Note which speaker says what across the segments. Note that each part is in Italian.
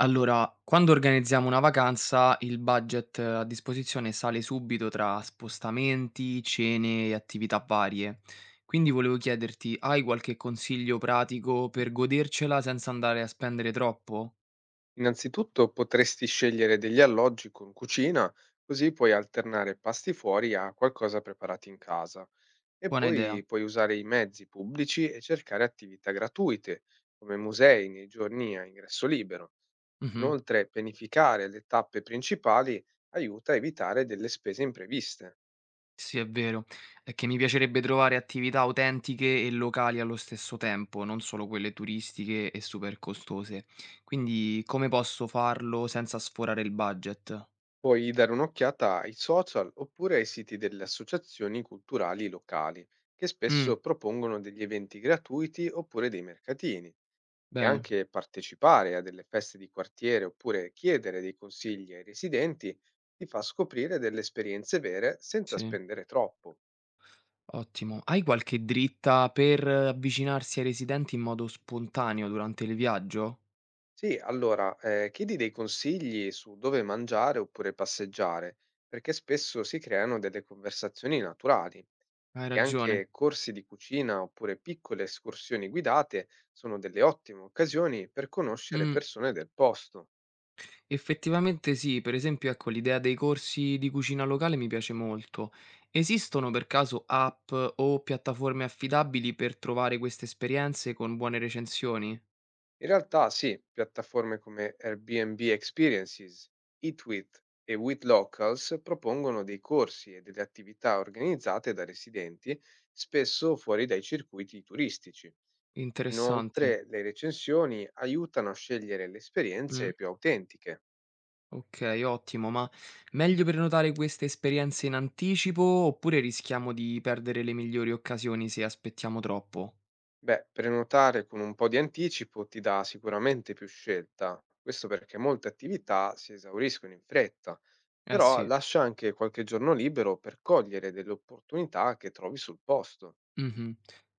Speaker 1: Allora, quando organizziamo una vacanza, il budget a disposizione sale subito tra spostamenti, cene e attività varie. Quindi volevo chiederti, hai qualche consiglio pratico per godercela senza andare a spendere troppo?
Speaker 2: Innanzitutto potresti scegliere degli alloggi con cucina, così puoi alternare pasti fuori a qualcosa preparati in casa. E
Speaker 1: Buona
Speaker 2: poi
Speaker 1: idea.
Speaker 2: puoi usare i mezzi pubblici e cercare attività gratuite, come musei nei giorni a ingresso libero.
Speaker 1: Mhm.
Speaker 2: Inoltre, pianificare le tappe principali aiuta a evitare delle spese impreviste.
Speaker 1: Sì, è vero. È che mi piacerebbe trovare attività autentiche e locali allo stesso tempo, non solo quelle turistiche e super costose. Quindi come posso farlo senza sforare il budget?
Speaker 2: Puoi dare un'occhiata ai social oppure ai siti delle associazioni culturali locali, che
Speaker 1: Mm,
Speaker 2: spesso propongono degli eventi gratuiti oppure dei mercatini. E
Speaker 1: bene,
Speaker 2: anche partecipare a delle feste di quartiere oppure chiedere dei consigli ai residenti ti fa scoprire delle esperienze vere senza
Speaker 1: sì.
Speaker 2: spendere troppo.
Speaker 1: Ottimo. Hai qualche dritta per avvicinarsi ai residenti in modo spontaneo durante il viaggio?
Speaker 2: Sì, allora chiedi dei consigli su dove mangiare oppure passeggiare, perché spesso si creano delle conversazioni naturali
Speaker 1: Hai
Speaker 2: e
Speaker 1: ragione.
Speaker 2: anche corsi di cucina oppure piccole escursioni guidate sono delle ottime occasioni per conoscere
Speaker 1: Mm,
Speaker 2: persone del posto.
Speaker 1: effettivamente sì, per esempio, ecco, l'idea dei corsi di cucina locale mi piace molto. Esistono per caso app o piattaforme affidabili per trovare queste esperienze con buone recensioni?
Speaker 2: In realtà sì, piattaforme come Airbnb Experiences, Eatwith e With Locals propongono dei corsi e delle attività organizzate da residenti, spesso fuori dai circuiti turistici.
Speaker 1: Interessante.
Speaker 2: Inoltre, le recensioni aiutano a scegliere le esperienze
Speaker 1: Mm,
Speaker 2: più autentiche.
Speaker 1: ok, ottimo, ma meglio prenotare queste esperienze in anticipo oppure rischiamo di perdere le migliori occasioni se aspettiamo troppo?
Speaker 2: Beh, prenotare con un po' di anticipo ti dà sicuramente più scelta, questo perché molte attività si esauriscono in fretta.
Speaker 1: Eh
Speaker 2: Però
Speaker 1: sì,
Speaker 2: lascia anche qualche giorno libero per cogliere delle opportunità che trovi sul posto.
Speaker 1: mh-mh.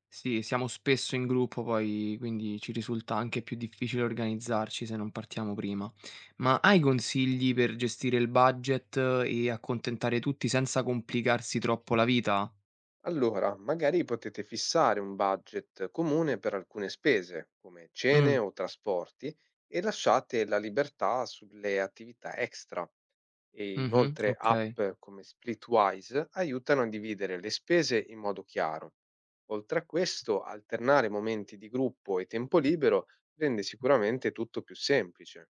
Speaker 1: Sì, siamo spesso in gruppo poi, quindi ci risulta anche più difficile organizzarci se non partiamo prima. Ma hai consigli per gestire il budget e accontentare tutti senza complicarsi troppo la vita?
Speaker 2: Allora, magari potete fissare un budget comune per alcune spese, come cene
Speaker 1: Mh,
Speaker 2: o trasporti, e lasciate la libertà sulle attività extra. E
Speaker 1: mh-mh,
Speaker 2: inoltre
Speaker 1: okay,
Speaker 2: app come Splitwise aiutano a dividere le spese in modo chiaro. Oltre a questo, alternare momenti di gruppo e tempo libero rende sicuramente tutto più semplice.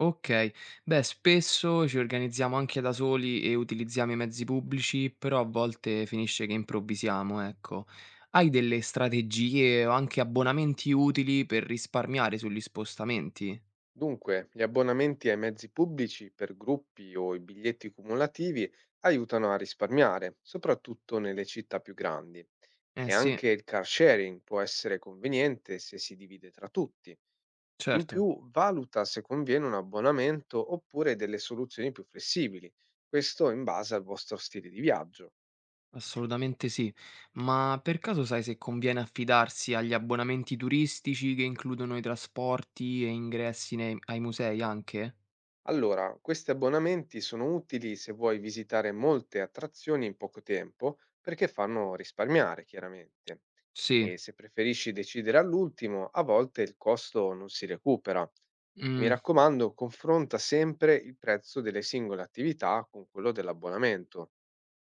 Speaker 1: okay. Beh, spesso ci organizziamo anche da soli e utilizziamo i mezzi pubblici, però a volte finisce che improvvisiamo, ecco. Hai delle strategie o anche abbonamenti utili per risparmiare sugli spostamenti?
Speaker 2: Dunque, gli abbonamenti ai mezzi pubblici per gruppi o i biglietti cumulativi aiutano a risparmiare, soprattutto nelle città più grandi.
Speaker 1: Eh
Speaker 2: E
Speaker 1: sì,
Speaker 2: anche il car sharing può essere conveniente se si divide tra tutti. In
Speaker 1: certo,
Speaker 2: più, valuta se conviene un abbonamento oppure delle soluzioni più flessibili, questo in base al vostro stile di viaggio.
Speaker 1: assolutamente sì. Ma per caso sai se conviene affidarsi agli abbonamenti turistici che includono i trasporti e ingressi ai musei anche?
Speaker 2: Allora, questi abbonamenti sono utili se vuoi visitare molte attrazioni in poco tempo, perché fanno risparmiare, chiaramente.
Speaker 1: Sì.
Speaker 2: E se preferisci decidere all'ultimo, a volte il costo non si recupera. Mi
Speaker 1: Mm,
Speaker 2: raccomando, confronta sempre il prezzo delle singole attività con quello dell'abbonamento.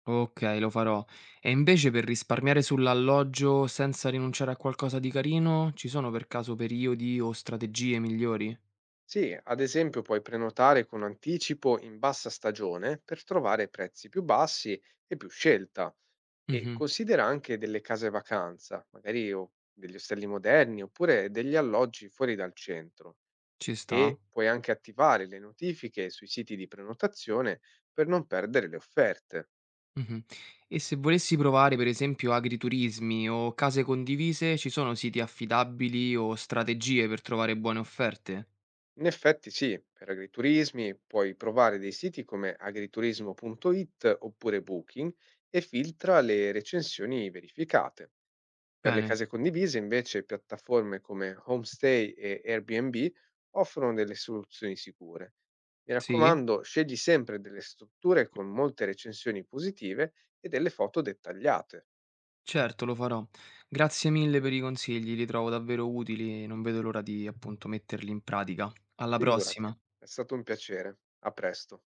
Speaker 1: ok, lo farò. E invece per risparmiare sull'alloggio senza rinunciare a qualcosa di carino, ci sono per caso periodi o strategie migliori?
Speaker 2: Sì, ad esempio puoi prenotare con anticipo in bassa stagione per trovare prezzi più bassi e più scelta. E
Speaker 1: Mhm.
Speaker 2: considera anche delle case vacanza, magari o degli ostelli moderni oppure degli alloggi fuori dal centro
Speaker 1: Ci sta.
Speaker 2: e puoi anche attivare le notifiche sui siti di prenotazione per non perdere le offerte.
Speaker 1: Mh-mh. E se volessi provare per esempio agriturismi o case condivise, ci sono siti affidabili o strategie per trovare buone offerte?
Speaker 2: In effetti sì, per agriturismi puoi provare dei siti come agriturismo.it oppure Booking e filtra le recensioni verificate. Per le
Speaker 1: Bene,
Speaker 2: case condivise, invece, piattaforme come Homestay e Airbnb offrono delle soluzioni sicure. Mi
Speaker 1: sì,
Speaker 2: raccomando, scegli sempre delle strutture con molte recensioni positive e delle foto dettagliate.
Speaker 1: certo lo farò. Grazie mille per i consigli, li trovo davvero utili e non vedo l'ora di appunto metterli in pratica. Alla
Speaker 2: Figurati,
Speaker 1: prossima.
Speaker 2: è stato un piacere. A presto.